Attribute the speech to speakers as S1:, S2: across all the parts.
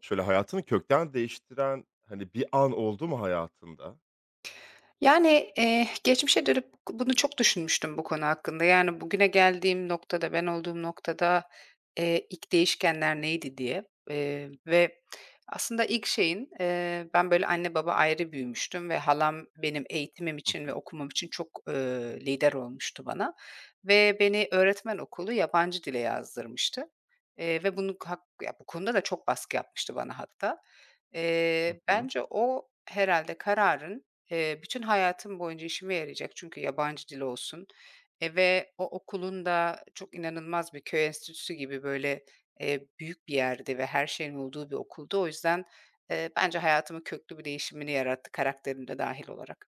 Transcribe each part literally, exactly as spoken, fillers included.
S1: Şöyle hayatını kökten değiştiren, hani, bir an oldu mu hayatında?
S2: Yani, eee, geçmişe dönüp bunu çok düşünmüştüm bu konu hakkında. Yani, bugüne geldiğim noktada, ben olduğum noktada, eee, ilk değişkenler neydi diye, eee, ve aslında ilk şeyin, eee, ben böyle anne baba ayrı büyümüştüm ve halam benim eğitimim
S1: Hı
S2: için ve
S1: hı.
S2: okumam için çok, eee, lider olmuştu bana ve beni öğretmen okulu yabancı dile yazdırmıştı, eee, ve bunu hak ya, bu konuda da çok baskı yapmıştı bana hatta.
S1: Hı
S2: Eee,
S1: hı.
S2: bence o herhalde kararın. Eee, bütün hayatım boyunca işime yarayacak çünkü yabancı dil olsun, eee, ve o okulun da çok inanılmaz bir köy enstitüsü gibi, böyle, eee, büyük bir yerde ve her şeyin olduğu bir okuldu. O yüzden, eee, bence hayatımın köklü bir değişimini yarattı karakterim de dâhil olarak.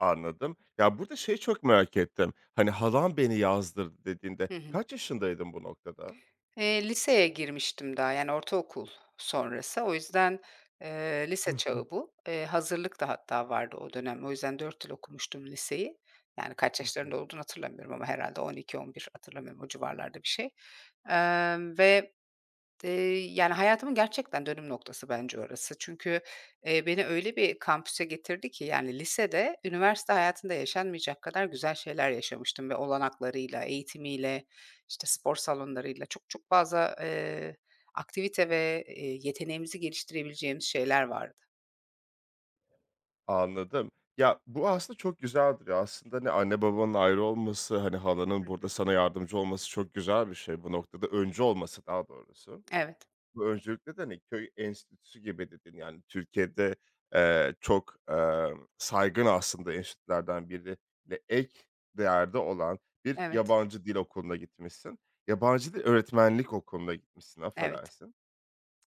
S1: Anladım. Ya, burada şeyi çok merak ettim. Hani, "Halam beni yazdırdı." dediğinde
S2: Hı hı.
S1: kaç yaşındaydın bu noktada?
S2: Eee, liseye girmiştim daha, yani, ortaokul sonrası. O yüzden, eee,
S1: Hı
S2: lise
S1: hı.
S2: çağı bu. Eee, hazırlık da hatta vardı o dönem. O yüzden dört yıl okumuştum liseyi. Yani, kaç
S1: Hı hı.
S2: yaşlarında olduğunu hatırlamıyorum ama herhâlde on iki on bir hatırlamıyorum, o civarlarda bir şey. Emm, ve Eee, yani, hayatımın gerçekten dönüm noktası bence orası. Çünkü, eee, beni öyle bir kampüse getirdi ki, yani, lisede üniversite hayatında yaşanmayacak kadar güzel şeyler yaşamıştım ve olanaklarıyla, eğitimiyle, işte, spor salonlarıyla çok çok fazla, eee, aktivite ve, eee, yeteneğimizi geliştirebileceğimiz şeyler vardı.
S1: Anladım. Ya, bu aslında çok güzeldir ya. Aslında, hani, anne babanın ayrı olması, hani, halanın
S2: Hı
S1: burada
S2: hı.
S1: sana yardımcı olması çok güzel bir şey bu noktada. Öncü olması daha doğrusu.
S2: Evet,
S1: Bu öncelikle de, hani, köy enstitüsü gibi dedin. Yani, Türkiye'de, eee, çok, emm, saygın aslında enstitülerden birine ek değerde olan bir
S2: evet,
S1: yabancı dil okuluna gitmişsin. Yabancı dil öğretmenlik okuluna gitmişsin,
S2: evet.
S1: affedersin.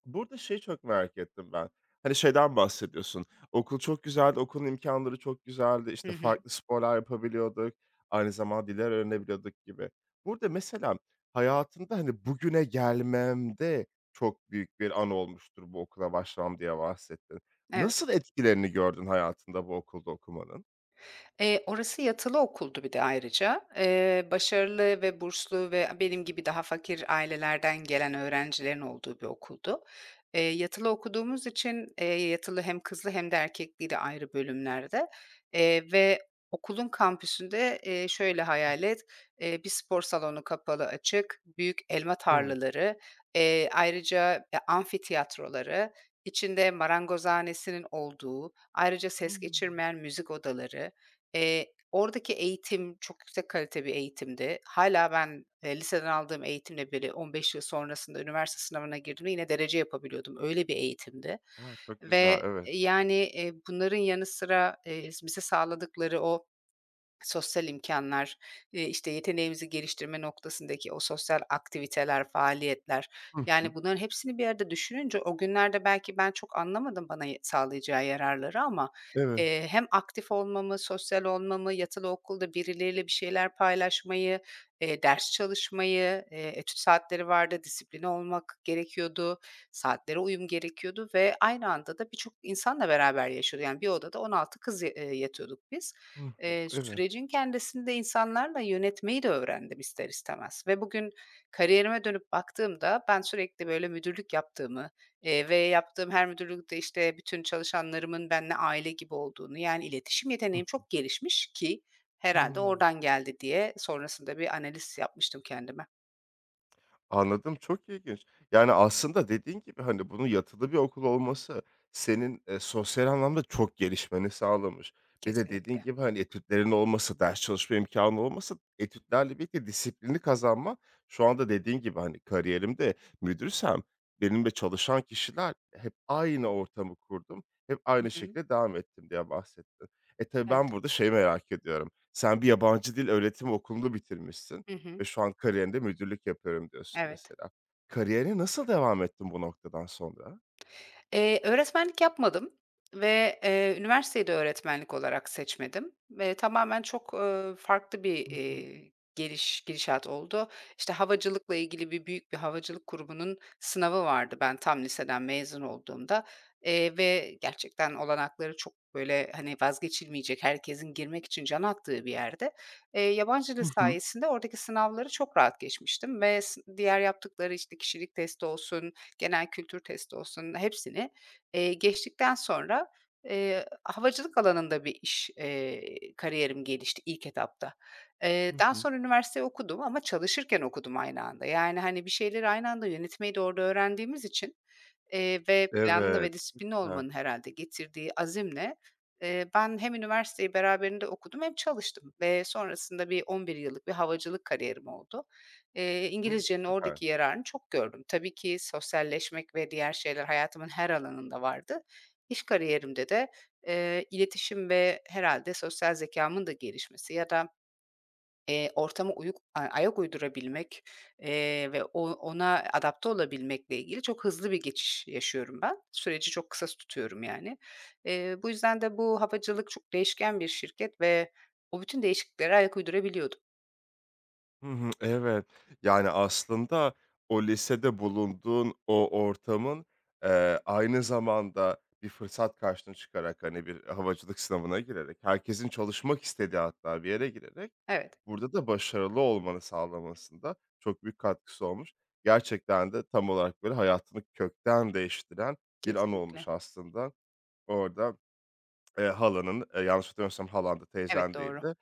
S1: Burada şeyi çok merak ettim ben. Hani, şeyden bahsediyorsun, okul çok güzeldi, okulun imkânları çok güzeldi,
S2: Hı
S1: İşte
S2: hı.
S1: farklı sporlar yapabiliyorduk, aynı zamanda diller öğrenebiliyorduk gibi. Burada mesela hayatında, hani, bugüne gelmemde çok büyük bir an olmuştur bu okula başlamam diye bahsettin.
S2: Evet.
S1: Nasıl etkilerini gördün hayatında bu okulda okumanın?
S2: Eee, orası yatılı okuldu bir de ayrıca. Eee, başarılı ve burslu ve benim gibi daha fakir ailelerden gelen öğrencilerin olduğu bir okuldu. Eee, yatılı okuduğumuz için, eee, yatılı hem kızlı hem de erkekliydi ayrı bölümlerde, eee, ve okulun kampüsünde, eee, şöyle
S1: Hı,
S2: hayal et, eee, bir spor salonu kapalı açık, büyük elma
S1: evet.
S2: tarlaları, eee, ayrıca, eee, amfitiyatroları, içinde marangozhanesinin olduğu, ayrıca ses
S1: Hımm.
S2: geçirmeyen müzik odaları. Eee, oradaki eğitim çok yüksek kalite bir eğitimdi. Hâlâ ben, eee, liseden aldığım eğitimle beri on beş yıl sonrasında üniversite sınavına girdiğimde yine derece yapabiliyordum. Öyle bir eğitimdi
S1: A, çok güzel,
S2: ve,
S1: evet.
S2: eee, yani, eee, bunların yanı sıra, eee, bize sağladıkları o sosyal imkanlar, eee, işte, yeteneğimizi geliştirme noktasındaki o sosyal aktiviteler, faaliyetler,
S1: Hı hı.
S2: yani, bunların hepsini bir arada düşününce o günlerde belki ben çok anlamadım bana y sağlayacağı yararları ama,
S1: Evet.
S2: eee, hem aktif olmamı, sosyal olmamı, yatılı okulda birileriyle bir şeyler paylaşmayı, eee, ders çalışmayı, eee, etüt saatleri vardı, disipline olmak gerekiyordu, saatlere uyum gerekiyordu ve aynı anda da birçok insanla beraber yaşıyordu. Yani, bir odada on altı kız ya eee, yatıyorduk biz.
S1: Hı hı.
S2: Eee,
S1: Evet.
S2: sürecin kendisinde insanlarla yönetmeyi de öğrendim ister istemez ve bugün kariyerime dönüp baktığımda ben sürekli böyle müdürlük yaptığımı, eee, ve yaptığım her müdürlükte, işte, bütün çalışanlarımın benimle aile gibi olduğunu, yani, iletişim
S1: Hıh.
S2: yeteneğim çok gelişmiş ki herhalde
S1: Hıı.
S2: oradan geldi diye sonrasında bir analiz yapmıştım kendime.
S1: Anladım, çok ilginç. Yani, aslında dediğin gibi, hani, bunun yatılı bir okul olması senin, eee, sosyal anlamda çok gelişmeni sağlamış. Bir de dediğin
S2: Kesinlikle.
S1: gibi, hani, etütlerin olması, ders çalışma imkânı olması, etütlerle birlikte disiplini kazanma şu anda dediğin gibi, hani, kariyerimde müdürsem benimle çalışan kişiler hep aynı ortamı kurdum, hep
S2: Hı
S1: aynı
S2: hı.
S1: şekilde devam ettim diye bahsettin. E, tabii
S2: Evet.
S1: ben burada şeyi merak ediyorum. Sen bir yabancı dil öğretim okulunu bitirmişsin
S2: Hı hı.
S1: ve şu an kariyerinde müdürlük yapıyorum diyorsun
S2: Evet.
S1: mesela. Kariyerine nasıl devam ettin bu noktadan sonra?
S2: Eee, öğretmenlik yapmadım ve, eee, üniversiteyi de öğretmenlik olarak seçmedim ve tamamen çok, ııı, farklı bir,
S1: Hı hı.
S2: eee, geliş gidişat oldu. İşte, havacılıkla ilgili bir büyük bir havacılık kurumunun sınavı vardı ben tam liseden mezun olduğumda, eee, ve gerçekten olanakları çok, böyle, hani, vazgeçilmeyecek, herkesin girmek için can attığı bir yerde. Eee, yabancı dil
S1: Hı hı.
S2: sayesinde oradaki sınavları çok rahat geçmiştim ve s diğer yaptıkları, işte, kişilik testi olsun, genel kültür testi olsun hepsini, eee, geçtikten sonra, eee, havacılık alanında bir iş, eee, kariyerim gelişti ilk etapta. Eee,
S1: Hı
S2: daha
S1: hı.
S2: sonra üniversite okudum ama çalışırken okudum aynı anda. Yani, hani, bir şeyleri aynı anda yönetmeyi de orada öğrendiğimiz için, Eee, ve planlı
S1: Evet,
S2: ve
S1: çok
S2: disiplinli
S1: güzel.
S2: olmanın herhâlde getirdiği azimle, eee, ben hem üniversiteyi beraberinde okudum hem çalıştım ve sonrasında bir on bir yıllık bir havacılık kariyerim oldu. Eee,
S1: O,
S2: İngilizcenin
S1: süper.
S2: oradaki yararını çok gördüm. Tabii ki sosyalleşmek ve diğer şeyler hayatımın her alanında vardı. İş kariyerimde de, eee, iletişim ve herhâlde sosyal zekâmın da gelişmesi ya da Eee, ortama uyuk a ayak uydurabilmek, eee, ve o ona adapte olabilmekle ilgili çok hızlı bir geçiş yaşıyorum ben. Süreci çok kısa tutuyorum yani. Eee, bu yüzden de bu havacılık çok değişken bir şirket ve o bütün değişikliklere ayak uydurabiliyordum.
S1: Hı hı, evet. Yani, aslında o lisede bulunduğun o ortamın, eee, aynı zamanda bir fırsat karşına çıkarak, hani, bir havacılık sınavına girerek, herkesin çalışmak istediği hatta bir yere girerek
S2: Evet,
S1: burada da başarılı olmanı sağlamasında çok büyük katkısı olmuş. Gerçekten de tam olarak böyle hayatını kökten değiştiren bir an
S2: kesinlikle.
S1: olmuş aslında. Orada, eee, halanın, eee, yanlış hatırlamıyorsam halan da
S2: Evet,
S1: teyzen
S2: doğru.
S1: değildi.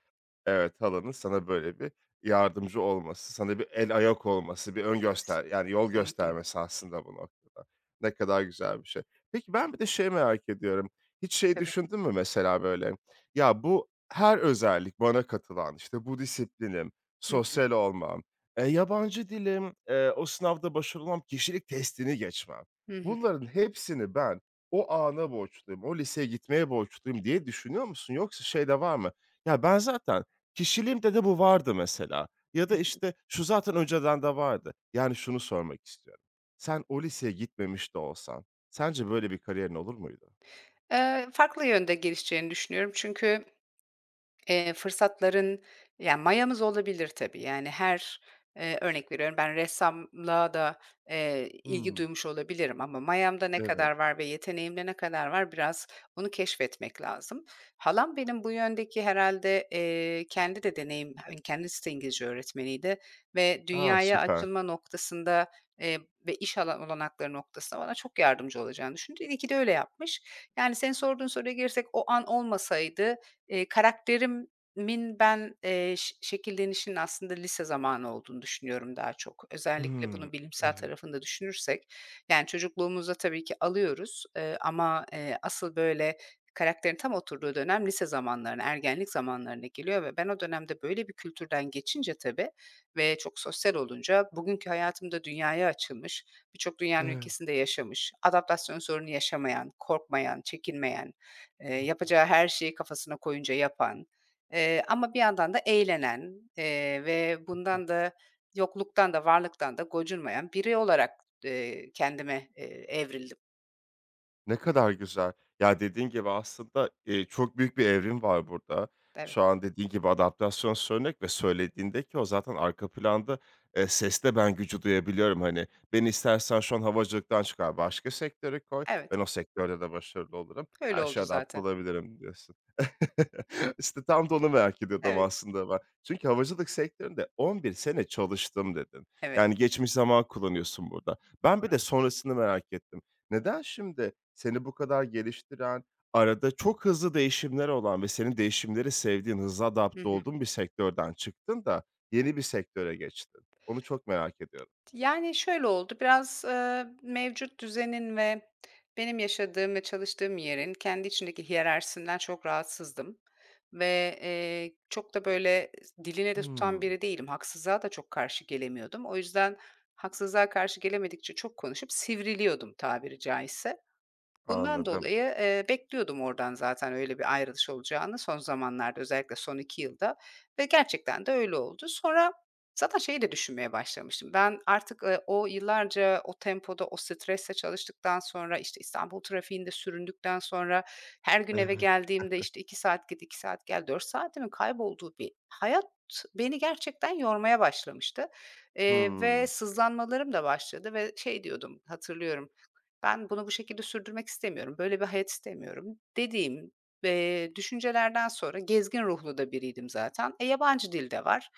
S1: Evet, halanın sana böyle bir yardımcı olması, sana bir el ayak olması, bir ön
S2: Kes
S1: göster yani yol
S2: kesinlikle.
S1: göstermesi aslında bu noktada. Ne kadar güzel bir şey. Peki ben bir de şey merak ediyorum. Hiç şey
S2: Tabii.
S1: düşündün mü mesela böyle? Ya bu her özellik bana katılan, işte bu disiplinim,
S2: Hı hı.
S1: sosyal olmam, eee, yabancı dilim, eee, o sınavda başarılı olmam, kişilik testini geçmem.
S2: Hı hı.
S1: Bunların hepsini ben o ana borçluyum, o liseye gitmeye borçluyum diye düşünüyor musun? Yoksa şey de var mı? Ya ben zaten kişiliğimde de bu vardı mesela ya da, işte, şu zaten önceden de vardı. Yani şunu sormak istiyorum. Sen o liseye gitmemiş de olsan sence böyle bir kariyerin olur muydu?
S2: Eee, farklı yönde gelişeceğini düşünüyorum çünkü Eee, fırsatların, yani, mayamız olabilir tabii. Yani her, eee, örnek veriyorum ben ressamlığa da, eee, ilgi
S1: Hımm,
S2: duymuş olabilirim ama mayamda ne kadar
S1: evet.
S2: var ve yeteneğimde ne kadar var biraz onu keşfetmek lazım. Halam benim bu yöndeki herhalde eee, kendi de deneyim hani kendisi de İngilizce öğretmeniydi ve
S1: A,
S2: dünyaya
S1: süper.
S2: açılma noktasında, eee, ve iş alan olanakları noktasında bana çok yardımcı olacağını düşündü. İyi ki de öyle yapmış. Yani senin sorduğun soruya girsek o an olmasaydı, Eee, karakterimin ben, eee, ş şekillenişinin aslında lise zamanı olduğunu düşünüyorum daha çok. Özellikle
S1: Hımm,
S2: bunun bilimsel
S1: evet,
S2: tarafında düşünürsek, yani, çocukluğumuzda tabii ki alıyoruz, eee, ama, eee, asıl böyle karakterin tam oturduğu dönem lise zamanlarına, ergenlik zamanlarına geliyor ve ben o dönemde böyle bir kültürden geçince tabii ve çok sosyal olunca bugünkü hayatımda dünyaya açılmış, birçok dünyanın
S1: evet.
S2: ülkesinde yaşamış, adaptasyon sorunu yaşamayan, korkmayan, çekinmeyen, Eee, yapacağı her şeyi kafasına koyunca yapan, eee, ama bir yandan da eğlenen, eee, ve bundan da yokluktan da varlıktan da gocunmayan biri olarak, eee, kendime, eee, evrildim.
S1: Ne kadar güzel. Ya, dediğin gibi aslında, eee, çok büyük bir evrim var burada.
S2: Evet,
S1: Şu an dediğin gibi adaptasyon söylemek ve söylediğinde ki o zaten arka planda, eee, seste ben gücü duyabiliyorum. Hani, beni istersen şu an havacılıktan çıkar, başka sektöre koy, ben
S2: evet.
S1: o sektörde de başarılı olurum,
S2: Öyle
S1: her şeye
S2: oldu
S1: adapte
S2: zaten.
S1: olabilirim diyorsun. İşte, tam da onu merak ediyordum
S2: Evet,
S1: aslında ben. Çünkü havacılık sektöründe on bir sene çalıştım dedin.
S2: evet.
S1: Yani, geçmiş zaman kullanıyorsun burada. Ben bir
S2: Doğru.
S1: de sonrasını merak ettim. Neden şimdi seni bu kadar geliştiren, arada çok hızlı değişimler olan ve senin değişimleri sevdiğin, hızlı adapte
S2: Hı.
S1: olduğun bir sektörden çıktın da yeni bir sektöre geçtin? Onu çok merak ediyorum.
S2: Yani, şöyle oldu, biraz, eee, mevcut düzenin ve benim yaşadığım ve çalıştığım yerin kendi içindeki hiyerarşisinden çok rahatsızdım ve, eee, çok da, böyle, diline de tutan
S1: Hımm,
S2: biri değilim. Haksızlığa da çok karşı gelemiyordum. O yüzden haksızlığa karşı gelemedikçe çok konuşup sivriliyordum tabiri caizse. Bundan
S1: anladım.
S2: dolayı, eee, bekliyordum oradan zaten öyle bir ayrılış olacağını son zamanlarda, özellikle son iki yılda ve gerçekten de öyle oldu. Sonra zaten şeyi de düşünmeye başlamıştım. Ben artık, eee, o yıllarca o tempoda, o stresle çalıştıktan sonra, işte, İstanbul trafiğinde süründükten sonra, her gün eve
S1: Evet.
S2: geldiğimde, işte, iki saat git, iki saat gel, dört saatimin kaybolduğu bir hayat beni gerçekten yormaya başlamıştı, eee, ve
S1: Hımm,
S2: sızlanmalarım da başladı ve şey diyordum, hatırlıyorum, ben bunu bu şekilde sürdürmek istemiyorum, böyle bir hayat istemiyorum dediğim, eee, düşüncelerden sonra gezgin ruhlu da biriydim zaten. E, yabancı dil de var.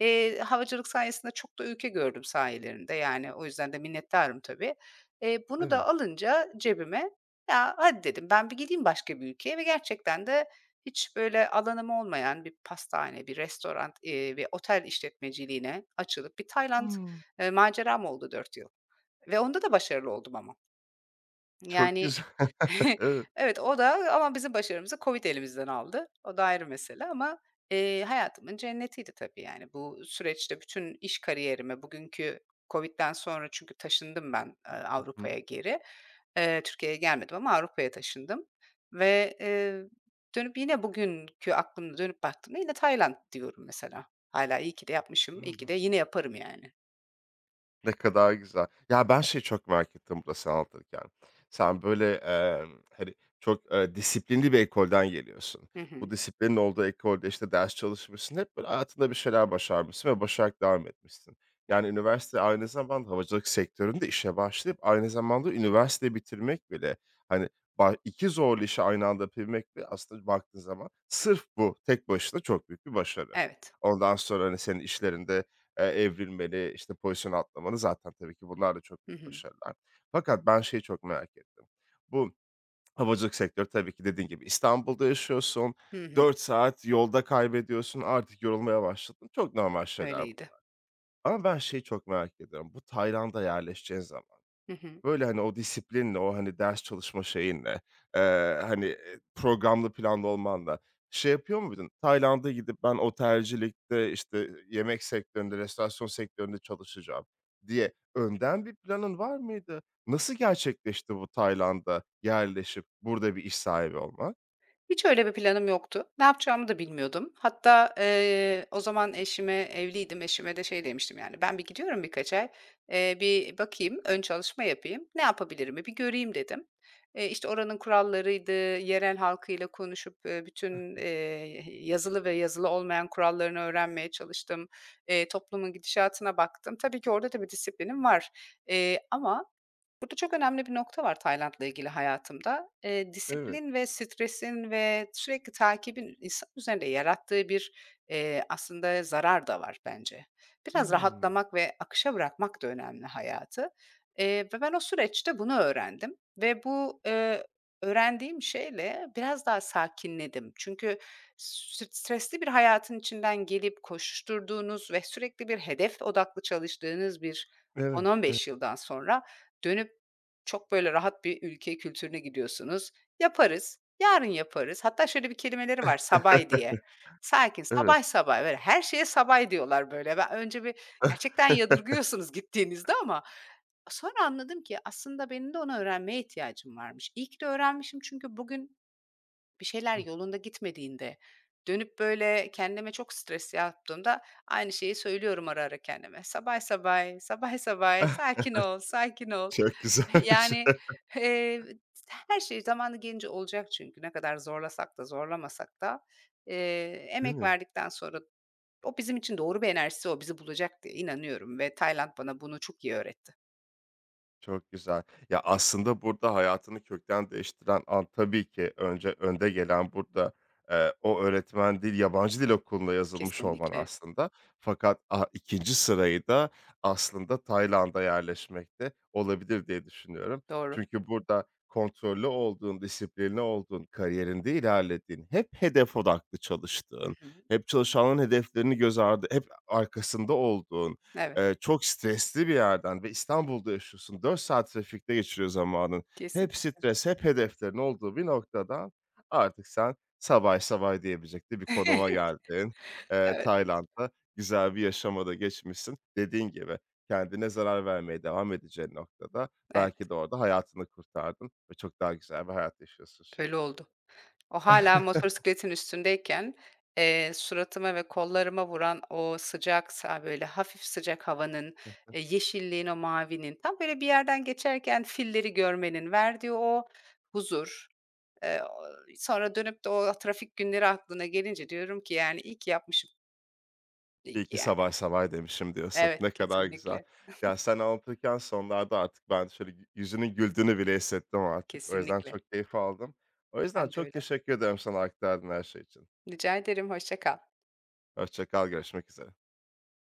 S2: Eee, havacılık sayesinde çok da ülke gördüm sayelerinde, yani, o yüzden de minnettarım tabii. Eee, bunu da
S1: evet.
S2: alınca cebime, "Ya, hadi," dedim, "ben bir gideyim başka bir ülkeye." ve gerçekten de hiç böyle alanım olmayan bir pastane, bir restoran, eee, ve otel işletmeciliğine açılıp bir Tayland,
S1: Hımm,
S2: eee, maceram oldu dört yıl ve onda da başarılı oldum ama.
S1: çok
S2: Yani,
S1: güzel. Evet.
S2: evet, o da ama bizim başarımızı COVID elimizden aldı. O da ayrı mesele ama, eee, hayatımın cennetiydi tabii, yani. Bu süreçte bütün iş kariyerime bugünkü koviden sonra çünkü taşındım ben, eee, Avrupa'ya geri. Eee, Türkiye'ye gelmedim ama Avrupa'ya taşındım ve, eee, dönüp yine bugünkü aklımla dönüp baktığımda yine Tayland diyorum mesela. Hala iyi ki de
S1: Hı
S2: yapmışım, iyi
S1: hı.
S2: ki de yine yaparım yani.
S1: Ne kadar güzel. Ya, ben şey çok merak ettim burada sen anlatırken. Sen böyle, emm, hani, çok, eee, disiplinli bir ekolden geliyorsun.
S2: Hı hı.
S1: Bu disiplinin olduğu ekolde, işte, ders çalışmışsın. Hep böyle hayatında bir şeyler başarmışsın ve başararak devam etmişsin. Yani, üniversite aynı zamanda havacılık sektöründe işe başlayıp aynı zamanda
S2: Hı hı.
S1: üniversiteyi bitirmek bile, hani, ba iki zorlu işi aynı anda yapabilmek bile aslında baktığın zaman sırf bu tek başına çok büyük bir başarı.
S2: Evet.
S1: Ondan sonra, hani, senin işlerinde eee, evrilmeli, işte, pozisyon atlamalı zaten tabii ki bunlar da çok
S2: Hı
S1: büyük
S2: hı.
S1: başarılar. Fakat ben şeyi çok merak ettim. Bu havacılık sektörü tabii ki dediğin gibi İstanbul'da yaşıyorsun,
S2: Hı hı.
S1: dört saat yolda kaybediyorsun, artık yorulmaya başladın. Çok normal şeyler
S2: Öyleydi.
S1: bunlar ama ben şeyi çok merak ediyorum. Bu Tayland'a yerleşeceğin zaman
S2: Hı hı.
S1: böyle, hani, o disiplinle, o, hani, ders çalışma şeyinle, eee, hani, eee, programlı, planlı olmanla şey yapıyor muydun? Tayland'a gidip ben otelcilikte, işte, yemek sektöründe, restorasyon sektöründe çalışacağım diye önden bir planın var mıydı? Nasıl gerçekleşti bu Tayland'a yerleşip burada bir iş sahibi olmak?
S2: Hiç öyle bir planım yoktu. Ne yapacağımı da bilmiyordum. Hatta, eee, o zaman eşime evliydim, eşime de şey demiştim, yani, "Ben bir gidiyorum birkaç ay, eee, bir bakayım, ön çalışma yapayım, ne yapabilirimi bir göreyim." dedim. Eee, işte, oranın kurallarıydı, yerel halkıyla konuşup, eee, bütün,
S1: Heh,
S2: eee, yazılı ve yazılı olmayan kurallarını öğrenmeye çalıştım. Eee, toplumun gidişatına baktım. Tabii ki orada da bir disiplinim var, eee, ama burada çok önemli bir nokta var Tayland'la ilgili hayatımda. Eee,
S1: evet.
S2: disiplin ve stresin ve sürekli takibin insan üzerinde yarattığı bir, eee, aslında zarar da var bence. Biraz
S1: Hımm.
S2: rahatlamak ve akışa bırakmak da önemli hayatı. Eee, ve Ben o süreçte bunu öğrendim ve bu, eee, öğrendiğim şeyle biraz daha sakinledim. Çünkü s stresli bir hayatın içinden gelip koşuşturduğunuz ve sürekli bir hedef odaklı çalıştığınız bir
S1: Evet.
S2: on on beş yıldan sonra dönüp çok böyle rahat bir ülke kültürüne gidiyorsunuz. "Yaparız, yarın yaparız." Hatta şöyle bir kelimeleri var, "sabay" diye. Sakin,
S1: Evet.
S2: sabay sabay, böyle her şeye sabay diyorlar böyle. Ben önce bir gerçekten yadırgıyorsunuz gittiğinizde ama sonra anladım ki aslında benim de onu öğrenmeye ihtiyacım varmış. İyi ki de öğrenmişim çünkü bugün bir şeyler
S1: Hıh.
S2: yolunda gitmediğinde, dönüp böyle kendime çok stres yaptığımda aynı şeyi söylüyorum ara ara kendime. "Sabay sabay, sabay sabay,
S1: Ah,
S2: sakin ol, sakin ol."
S1: çok güzelmiş.
S2: Yani, eee, her şey zamanı gelince olacak çünkü ne kadar zorlasak da zorlamasak da, eee,
S1: Değil
S2: emek
S1: mi?
S2: verdikten sonra o bizim için doğru bir enerjisi o bizi bulacak diye inanıyorum ve Tayland bana bunu çok iyi öğretti.
S1: Çok güzel. Ya, aslında burada hayatını kökten değiştiren an tabii ki önce önde gelen burada, eee, o öğretmen değil, yabancı dil okuluna yazılmış olman
S2: Kesinlikle,
S1: aslında. Fakat, a ikinci sırayı da aslında Tayland'a yerleşmekte olabilir diye düşünüyorum.
S2: doğru.
S1: Çünkü burada kontrollü olduğun, disiplinli olduğun, kariyerinde ilerlediğin, hep hedef odaklı
S2: Hı
S1: çalıştığın,
S2: hı.
S1: hep çalışanların hedeflerini göz ardı, hep arkasında olduğun,
S2: Evet,
S1: Eee, çok stresli bir yerden ve İstanbul'da yaşıyorsun. Dört saat trafikte geçiriyor zamanın. Hep
S2: kesinlikle.
S1: stres, hep hedeflerin olduğu bir noktadan artık sen "Sabay sabay" diyebilecek bir konuma geldin. Eee,
S2: Evet,
S1: Tayland'da güzel bir yaşama da geçmişsin. Dediğin gibi, kendine zarar vermeye devam edeceğin noktada
S2: evet,
S1: belki de orada hayatını kurtardın ve çok daha güzel bir hayat yaşıyorsun
S2: öyle
S1: şimdi.
S2: oldu. O hala motosikletin üstündeyken, eee, suratıma ve kollarıma vuran o sıcak sa böyle hafif sıcak havanın, eee, yeşilliğin, o mavinin, tam böyle bir yerden geçerken filleri görmenin verdiği o huzur, eee, o sonra dönüp de o trafik günleri aklına gelince diyorum ki yani iyi ki yapmışım, iyi
S1: İyi
S2: ki
S1: ki
S2: yani.
S1: "Sabah sabah" demişim diyorsun.
S2: Evet,
S1: Ne kadar güzel.
S2: kesinlikle,
S1: Ya, sen anlatırken sonlarda artık ben şöyle y yüzünün güldüğünü bile hissettim artık. O yüzden
S2: kesinlikle.
S1: çok keyif aldım. O yüzden
S2: Ben de
S1: çok
S2: öyle.
S1: teşekkür ederim sana aktardığın her şey için.
S2: Rica ederim, hoşça kal.
S1: Hoşça kal, görüşmek üzere.